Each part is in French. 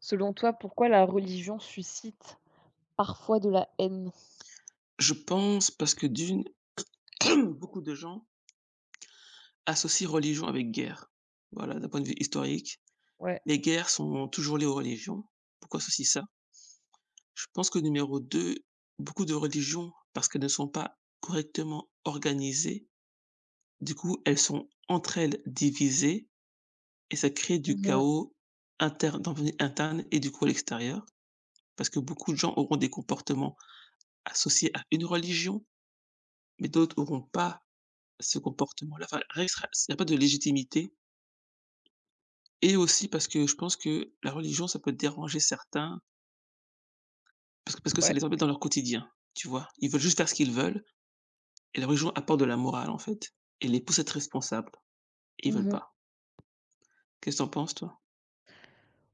Selon toi, pourquoi la religion suscite parfois de la haine? Je pense parce que d'une, beaucoup de gens associent religion avec guerre. Voilà, d'un point de vue historique, Ouais. les guerres sont toujours liées aux religions. Pourquoi associer ça? Je pense que numéro 2, beaucoup de religions, parce qu'elles ne sont pas correctement organisées, du coup, elles sont entre elles divisées et ça crée du Mmh. chaos interne d'un point de vue interne et du coup à l'extérieur. Parce que beaucoup de gens auront des comportements associés à une religion, mais d'autres n'auront pas ce comportement-là. Enfin, rien qui sera il n'y a pas de légitimité. Et aussi parce que je pense que la religion, ça peut déranger certains, parce que ça Ouais. les embête dans leur quotidien, tu vois? Ils veulent juste faire ce qu'ils veulent et la religion apporte de la morale, en fait, et les pousse à être responsables et ils veulent Mmh. pas. Qu'est-ce que t'en penses, toi?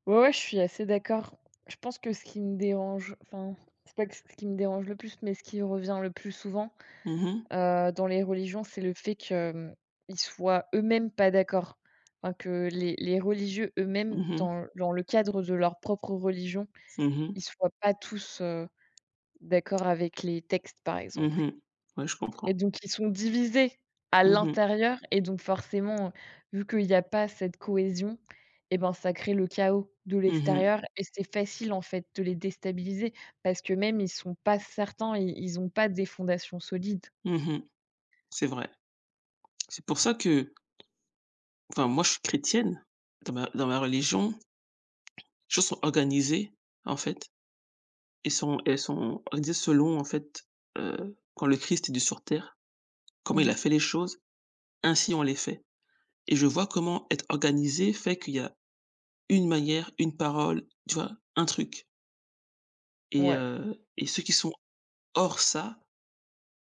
Ouais, ouais, je suis assez d'accord. Je pense que ce qui me dérange, enfin, c'est pas que ce qui me dérange le plus, mais ce qui revient le plus souvent, Mmh mh. Dans les religions, c'est le fait qu'ils soient eux-mêmes pas d'accord. Enfin, que les religieux eux-mêmes, Mmh mh. dans le cadre de leur propre religion, Mmh mh. ils soient pas tous, d'accord avec les textes, par exemple. Mmh. Ouais, je Et comprends. donc ils sont divisés à Mmh mh. l'intérieur et donc forcément, vu qu'il y a pas cette cohésion et ben, ça crée le chaos de Mmh mh. l'extérieur et c'est facile, en fait, de les déstabiliser parce que même ils sont pas certains, i ils ont pas des fondations solides. Mmh mh. C'est vrai. C'est pour ça que, enfin, moi, je suis chrétienne. Dans ma religion, les choses sont organisées, en fait, et sont elles sont organisées selon, en fait, quand le Christ est venu sur terre, comment il Mmh. a fait les choses. Ainsi on les fait, et je vois comment être organisé fait qu'il y a une manière, une parole, tu vois? Un truc. et Ouais. heu et ceux qui sont hors ça,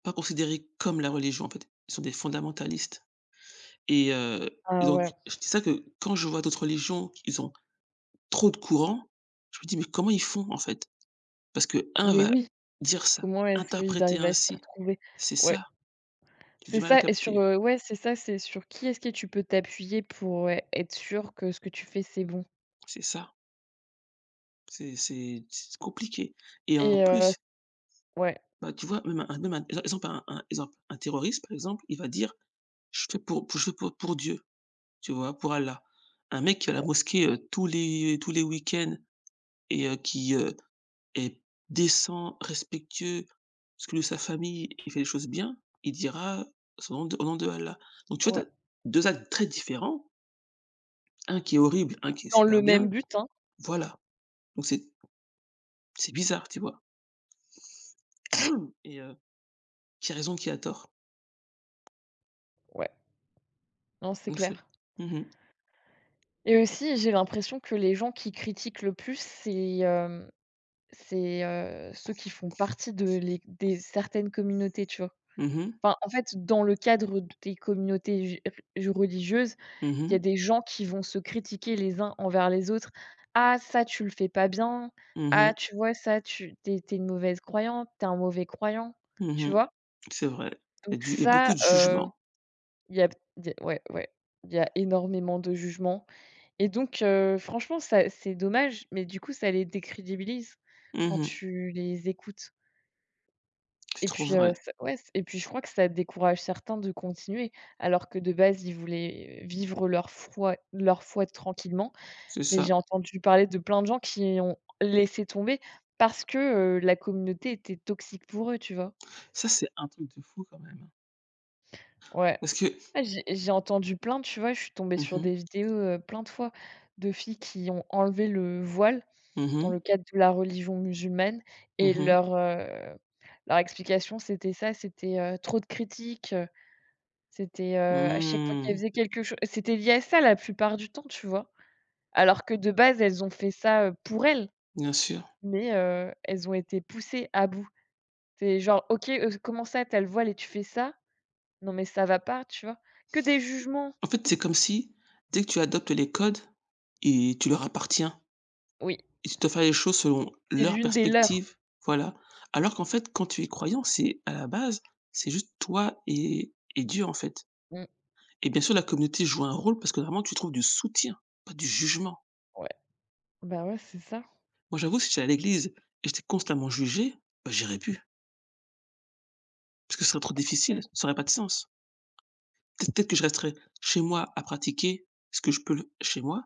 pas considérés comme la religion, en fait, ils sont des fondamentalistes. Et heu et Ah donc ouais. je dis ça, que quand je vois d'autres religions, ils ont trop de courants, je me dis: «Mais comment ils font, en fait?» Parce que un Mais va oui, dire ça, comment est-ce qu'ils interpréter arrivent à s'y ainsi, retrouver? c'est Ouais. ça, j'ai C'est du mal à ça et sur, capter. Ouais, c'est ça, c'est sur qui est-ce que tu peux t'appuyer pour, ouais, être sûr que ce que tu fais, c'est bon? C'est ça, c'est compliqué, et en Et heu, plus. ouais, Bah, tu vois, même un exemple, un terroriste, par exemple, il va dire: «Je fais pour Dieu», tu vois? Pour Allah. Un mec qui va à la ouais, mosquée, tous les week-ends, et qui, est décent, respectueux, parce que de sa famille il fait les choses bien, il dira: son nom de au nom de Allah». Donc tu vois, ouais. tu as actes très différents, un qui est horrible, un qui est Dans le super même bien, but, hein. voilà. Donc c'est bizarre, tu vois? Et heu, qui a raison, qui a tort? Ouais. Non, c'est Donc c'est. clair Mmh mh. et aussi, j'ai l'impression que les gens qui critiquent le plus, c'est, ceux qui font partie de les des certaines communautés, tu vois? Mmh mh. Enfin, en fait, dans le cadre des communautés ju r religieuses, il y a Mmh. des gens qui vont se critiquer les uns envers les autres. «Ah ça, tu le fais pas bien. Ah, Mmh. tu vois ça, tu es une mauvaise croyante, t'es un mauvais croyant», Mmh tu mh. vois? C'est vrai. Il y a Donc du il y a beaucoup ça, de jugement. il y a il y a ouais, ouais, il y a énormément de jugements. Et donc franchement, ça c'est dommage, mais du coup, ça les décrédibilise Mmh quand mh. tu les écoutes C'est et trop puis, vrai. ça ouais c et puis je crois que ça décourage certains de continuer alors que de base, ils voulaient vivre leur foi tranquillement. C'est Mais j'ai ça. entendu parler de plein de gens qui ont laissé tomber parce que, la communauté était toxique pour eux, tu vois? Ça, c'est un truc de fou quand même, hein. Ouais. Parce que. Ouais, j'ai entendu plein, tu vois? Je suis tombée Mmh sur mh. des vidéos, plein de fois de filles qui ont enlevé le voile Mmh dans mh. le cadre de la religion musulmane et Mmh mh. leur, leur explication, c'était ça, c'était, trop de critiques, c'était, à chaque fois Mmh. qu'elles faisaient quelque chose c'était lié à ça la plupart du temps, tu vois? Alors que de base, elles ont fait ça, pour elles, Bien sûr. mais, elles ont été poussées à bout. C'est genre: «OK, comment ça t'as le voile et tu fais ça? Non mais ça va pas», tu vois? Que des jugements. En fait, c'est comme si dès que tu adoptes les codes et tu leur appartiens Oui, et tu dois faire les choses selon c'est leur l'une des leurs. perspective, voilà. Alors qu'en fait, quand tu es croyant, c'est à la base, c'est juste toi et Dieu, en fait. Mmh, Et bien sûr, la communauté joue un rôle parce que vraiment tu trouves du soutien, pas du jugement. ouais. Bah, ouais, c'est ça. Moi, j'avoue, si j'étais à l'église et j'étais constamment jugé, bah, j'irais plus, parce que ce serait trop difficile, Ouais. ça aurait pas de sens. Peut-être que je resterais chez moi à pratiquer ce que je peux le chez moi,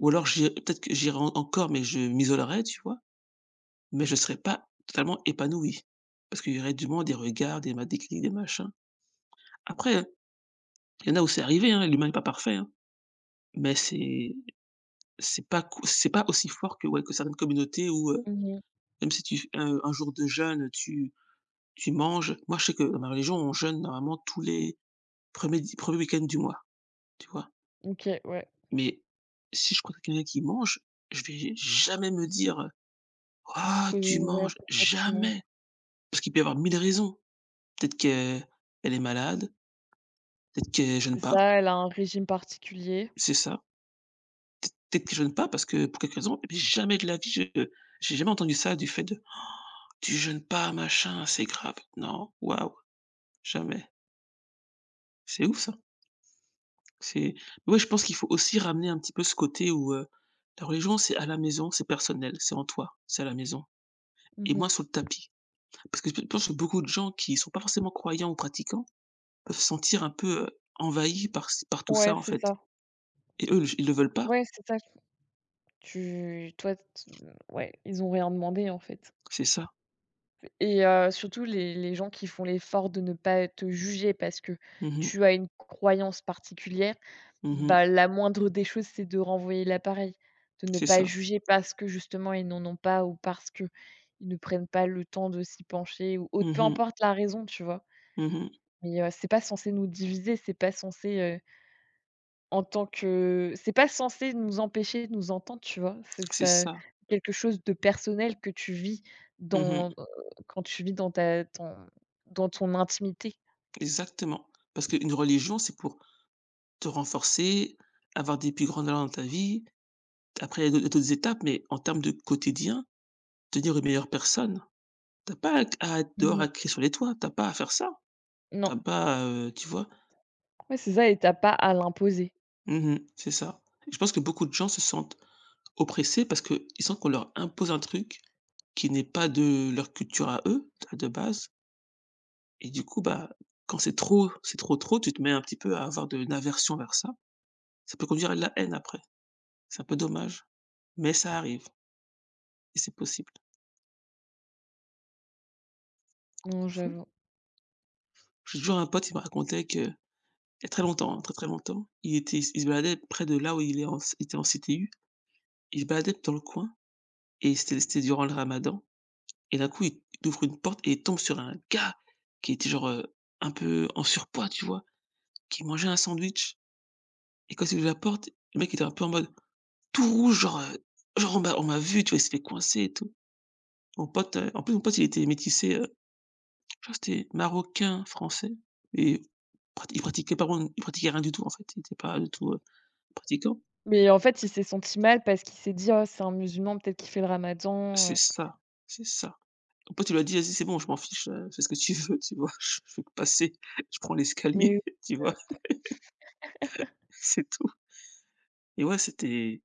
ou alors j'i peut-être que j'irais en encore, mais je m'isolerais, tu vois? Mais je serais pas totalement épanoui parce qu'il y aurait du monde, des regards, des clics, des machins. Après, il y en a où c'est arrivé, hein, l'humain n'est pas parfait, hein, mais c'est pas cou c'est pas aussi fort que, ouais, que certaines communautés où, Mmh mh. même si tu f un jour de jeûne, tu. Tu manges, moi, je sais que dans ma religion, on jeûne normalement tous les premiers er di 1 week ends du mois, tu vois? OK, ouais. Mais si je croise quelqu'un qui mange, je vais jamais me dire, «Ah, Cause, tu ouais, manges!» «Pourquoi tu mens?» jamais, parce qu'il peut y avoir 1000 raisons. Peut-être qu'elle elle est malade, peut-être qu'elle C'est jeûne pas, ça, elle a un régime particulier. c'est ça. Peut-être qu'elle jeûne pas parce que pour quelque raison, mais jamais de la vie, je j'ai jamais entendu ça du fait de: «Tu jeûnes pas, machin, c'est grave». Non, waouh, jamais. C'est ouf ça. C'est, ouais, je pense qu'il faut aussi ramener un petit peu ce côté où, la religion, c'est à la maison, c'est personnel, c'est en toi, c'est à la maison et Mmh mh. moins sur le tapis. Parce que je pense que beaucoup de gens qui sont pas forcément croyants ou pratiquants peuvent se sentir un peu, envahis par tout Ouais, ça, en c'est ça. fait, et eux, ils le veulent pas. Ouais, c'est ça. Tu toi, t ouais, ils ont rien demandé, en fait C'est ça. et surtout les gens qui font l'effort de ne pas te juger parce que Mmh mh. tu as une croyance particulière, Mmh mh. bah, la moindre des choses, c'est de renvoyer l'appareil, de ne C'est pas ça. juger parce que justement ils n'en ont pas ou parce qu'ils ne prennent pas le temps de s'y pencher ou autre, Mmh peu mh. importe la raison, tu vois? Mmh mh. Mais c'est pas censé nous diviser, c'est pas censé, en tant que c'est pas censé nous empêcher de nous entendre, tu vois? C'est C'est ça ça. quelque chose de personnel que tu vis Mmh mh. dans, quand tu vis dans ta ton dans ton intimité. Exactement. Parce qu'une religion, c'est pour te renforcer, avoir des plus grands talents dans ta vie. Après, il y a d'autres étapes, mais en termes de quotidien, devenir une meilleure personne. T'as pas à Mmh dehors à mh. crier sur les toits, t'as pas à faire ça. Non. T'as pas, tu vois? Ouais, c'est ça et tu as pas à l'imposer. Mmh, c'est ça. Et je pense que beaucoup de gens se sentent oppressés parce qu'ils sentent qu'on leur impose un truc qui n'est pas de leur culture à eux, de base, et du coup, bah, quand c'est trop, trop, tu te mets un petit peu à avoir de l'aversion vers ça. Ça peut conduire à de la haine après. C'est un peu dommage, mais ça arrive et c'est possible. C'est Non, fou. j'avoue. J'ai toujours un pote qui me racontait que il y a très longtemps, hein, très, très longtemps. Il se baladait près de là où il était en CTU. Il se baladait dans le coin et c'était durant le ramadan et d'un coup, il ouvre une porte et il tombe sur un gars qui était genre, un peu en surpoids, tu vois? Qui mangeait un sandwich, et quand il ouvre la porte, le mec était un peu en mode tout rouge, genre, genre: «On m'a vu», tu vois? Il s'est fait coincer et tout. Mon pote, en plus, mon pote, il était métissé, je crois que c'était marocain, français, et prat il pratiquait pas vraiment, il pratiquait rien du tout, en fait. Il était pas du tout, pratiquant. Mais en fait, il s'est senti mal parce qu'il s'est dit: «Oh, c'est un musulman, peut-être qu'il fait le ramadan, C'est heu». ça, c'est ça. En fait, il lui a dit: «Vas-y, c'est bon, je m'en fiche, fais ce que tu veux», tu vois? Je veux que passer, je prends Mais, l'escalier, tu vois? C'est tout, et ouais, c'était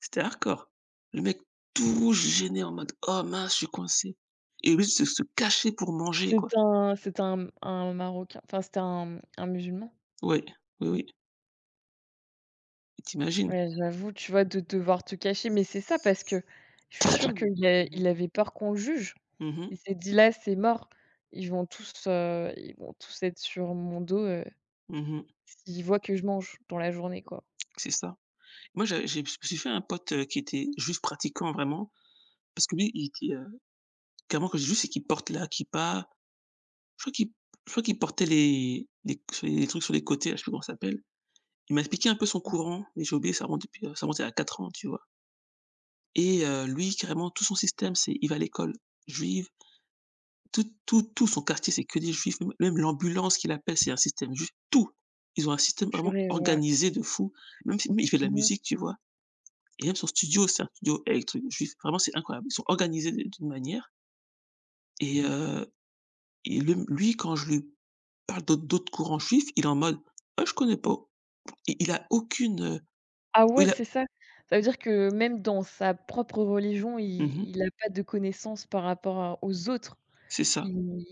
hardcore. Le mec tout rouge, gêné, en mode: «Oh mince, je suis coincé», et lui se cacher pour manger, quoi. C'est un Marocain, enfin, c'était un musulman. Ouais, oui, oui, tu imagines? Ouais, j'avoue, tu vois, de devoir te cacher, mais c'est ça parce que je suis sûre qu'Mmh mh. il avait peur qu'on le juge. Mmh Il mh. s'est dit: «Là, c'est mort. Ils vont tous être sur mon dos, Mmh mh. s'ils voient que je mange dans la journée, quoi». C'est ça. Moi, j'avais j'ai je me suis fait un pote, qui était juif pratiquant vraiment, parce que lui, il était, clairement, quand je dis juif, c'est qu'il porte la kippa. Je crois qu'il je crois qu'il portait les sur les trucs sur les côtés, là, je sais plus comment ça s'appelle. Il m'a expliqué un peu son courant, mais j'ai oublié, ça remontait à 4 ans, tu vois? Et lui, carrément, tout son système, c'est il va à l'école juive, tout son quartier, c'est que des juifs, même l'ambulance qu'il appelle, c'est un système juif, tout! Ils ont un système vraiment Purée, ouais. organisé de fou, même si mais il fait de la Mmh. musique, tu vois? Et même son studio, c'est un studio électro juif, vraiment, c'est incroyable. Ils sont organisés d'une manière, et heu et le lui, quand je lui parle d'autres courants juifs, il est en mode: «Ah, je connais pas». Et il a aucune, Ah ouais, il a c'est ça. Ça veut dire que même dans sa propre religion, mmh mh, il a pas de connaissances par rapport à aux autres. c'est ça. Il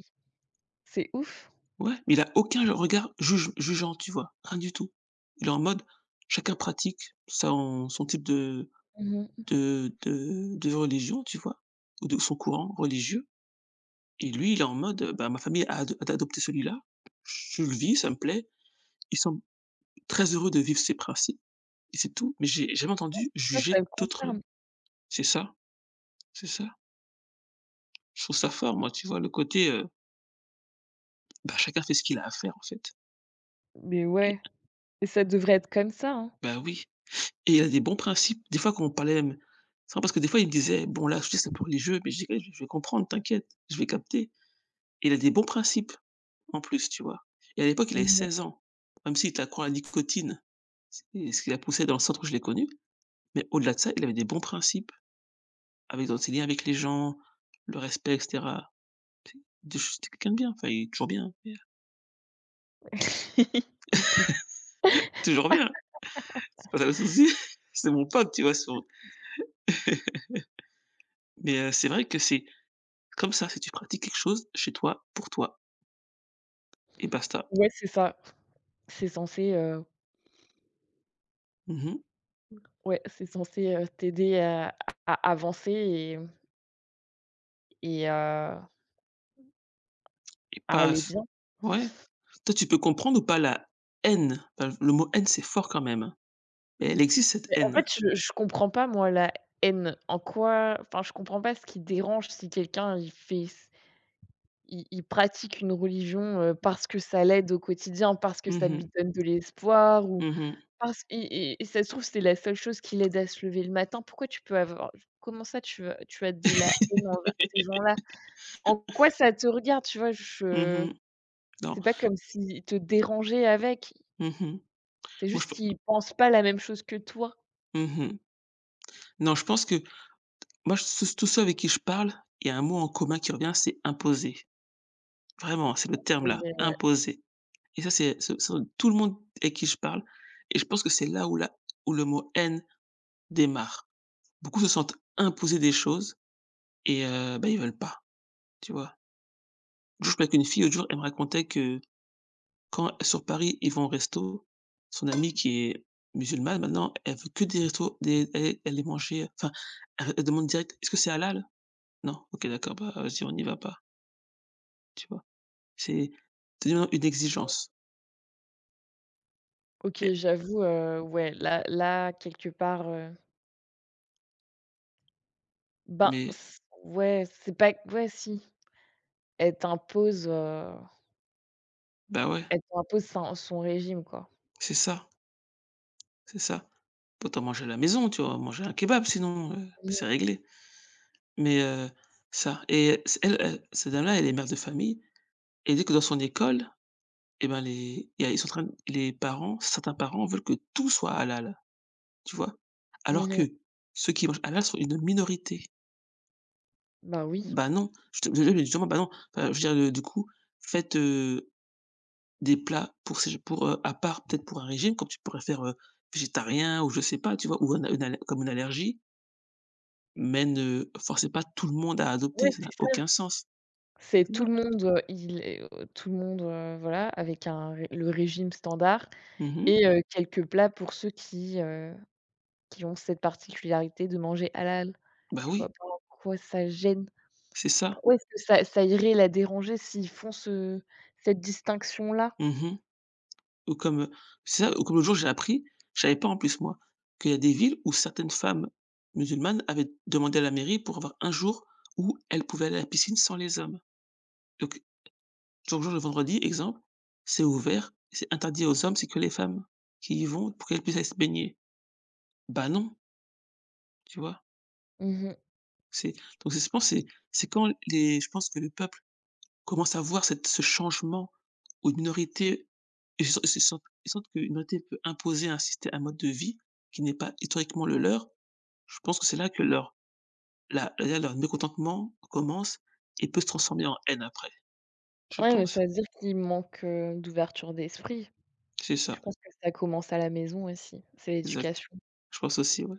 c'est ouf. Ouais, mais il a aucun le regard jugeant, tu vois? Rien du tout. Il est en mode, chacun pratique son type Mmh. De religion, tu vois? Ou de son courant religieux, et lui, il est en mode, bah, ma famille a adopté celui-là, je le vis, ça me plaît. Il semble très heureux de vivre ses principes, et c'est tout, mais j'ai jamais Ouais, entendu c'est ça, ça juger le d'autres, concerne. c'est ça, c'est ça. Je trouve ça fort moi, tu vois? Le côté, bah, chacun fait ce qu'il a à faire en fait, Mais et ouais, et ça devrait être comme ça, hein. bah, oui. Et il a des bons principes. Des fois, quand on parlait, même c'est vrai parce que des fois, il me disait: «Bon, là, je sais, c'est pour les jeux», mais je dis: «Eh, je vais comprendre, t'inquiète, je vais capter». Et il a des bons principes, en plus, tu vois? Et à l'époque, il avait Mmh. 16 ans, même s'il était accro à la nicotine et ce qui l'a poussé dans le centre où je l'ai connu, mais au-delà de ça, il avait des bons principes avec dans ses liens avec les gens, le respect et cetera. Tu de c'était quelqu'un de bien, enfin, il est toujours bien, mais, Il est toujours bien, c'est pas ça le souci. C'est mon pote, tu vois? Son Mais c'est vrai que c'est comme ça, si tu pratiques quelque chose chez toi, pour toi et basta. ouais, c'est ça. C'est censé, Mmh mh. ouais, c'est censé, t'aider à avancer et à Et pas aller c bien. Ouais. Toi, tu peux comprendre ou pas la haine? Enfin, le mot haine, c'est fort quand même, hein. Mais elle existe cette Mais en fait, haine. Je comprends pas moi la haine. En quoi enfin, je comprends pas ce qui dérange si quelqu'un il pratique une religion, parce que ça l'aide au quotidien, parce que ça Mmh mh. lui donne de l'espoir ou Mmh mh. parce et ça se trouve, c'est la seule chose qui l'aide à se lever le matin. Pourquoi tu peux avoir comment ça tu as de la haine envers ces gens-là? En quoi ça te regarde? Tu vois? Mmh Je mh. Non. c'est pas comme s'il te dérangeait avec, Mmh mh. c'est Moi, je juste pe qu'il pense pas la même chose que toi. mmh mh. Non, je pense que moi, je tous tous ceux avec qui je parle, il y a un mot en commun qui revient, c'est imposer. Vraiment, c'est le terme Tu là, te imposer. Et ça, c'est ce ce tout le monde avec qui je parle et je pense que c'est là où le mot haine démarre. Beaucoup se sentent imposés des choses et bah, ils veulent pas, tu vois? Je jouais avec une fille l'autre jour, elle me racontait que quand sur Paris, ils vont au resto, son amie qui est musulmane maintenant, elle veut que des restos des elle est manger, enfin, elle demande direct: «Est-ce que c'est halal?» «Non», OK, d'accord, bah, vas-y, on n'y va pas, tu vois? C'est c'est devenu une exigence. «OK, Mais j'avoue, ouais, là, quelque part, ben, mais c ouais, c'est pas ouais, si, elle t'impose, heu, bah, ouais, elle t'impose son régime, quoi. c'est ça, c'est ça. Autant manger à la maison, tu vois? Manger un kebab sinon, c'est Mmh, réglé. Mais, ça et c elle elle cette dame-là, elle est mère de famille et elle dit que dans son école, et ben, les il y a ils sont en train certains parents veulent que tout soit halal, tu vois? Alors mmh que mh. ceux qui mangent halal sont une minorité. Bah, oui. Bah, non, je suis désolé, mais justement, bah, non, enfin, je veux dire, du coup, faites, des plats pour ces pour, à part peut-être pour un régime, comme tu pourrais faire, végétarien ou je sais pas, tu vois? Ou un a une al comme une allergie, mais ne forcez pas tout le monde à Ouais, adopter, ça c'est n'a ça, aucun sens. c'est Ça tout n'a le monde, il est, tout le monde, voilà, avec un ré le régime standard Mmh mh, et quelques plats pour ceux qui, heu, qui ont cette particularité de manger halal. bah, Je vois oui, pas en quoi ça gêne. c'est ça. Pourquoi est-ce que ça irait la déranger s'ils font ce cette distinction-là? Mmh mh. Ou comme, c'est ça, ou comme l'autre jour j'ai appris, je savais pas en plus moi, qu'il y a des villes où certaines femmes musulmanes avaient demandé à la mairie pour avoir un jour où elles pouvaient aller à la piscine sans les hommes. Donc, genre, le vendredi, exemple, c'est ouvert, c'est interdit aux hommes, c'est que les femmes qui y vont pour qu'elles puissent aller se baigner. Bah non, tu vois? Mmh mh. C'est donc c'est je pense c'est quand les je pense que le peuple commencent à voir cette ce changement où une minorité ils se sentent ils sentent qu'une minorité peut imposer un mode de vie qui n'est pas historiquement le leur. Je pense que c'est là que leur mécontentement commence et peut se transformer en haine après, je Ouais, mais ça pense. veut dire qu'il manque, d'ouverture d'esprit. C'est Je ça, pense que ça commence à la maison aussi, c'est exact. l'éducation. Je pense aussi, ouais.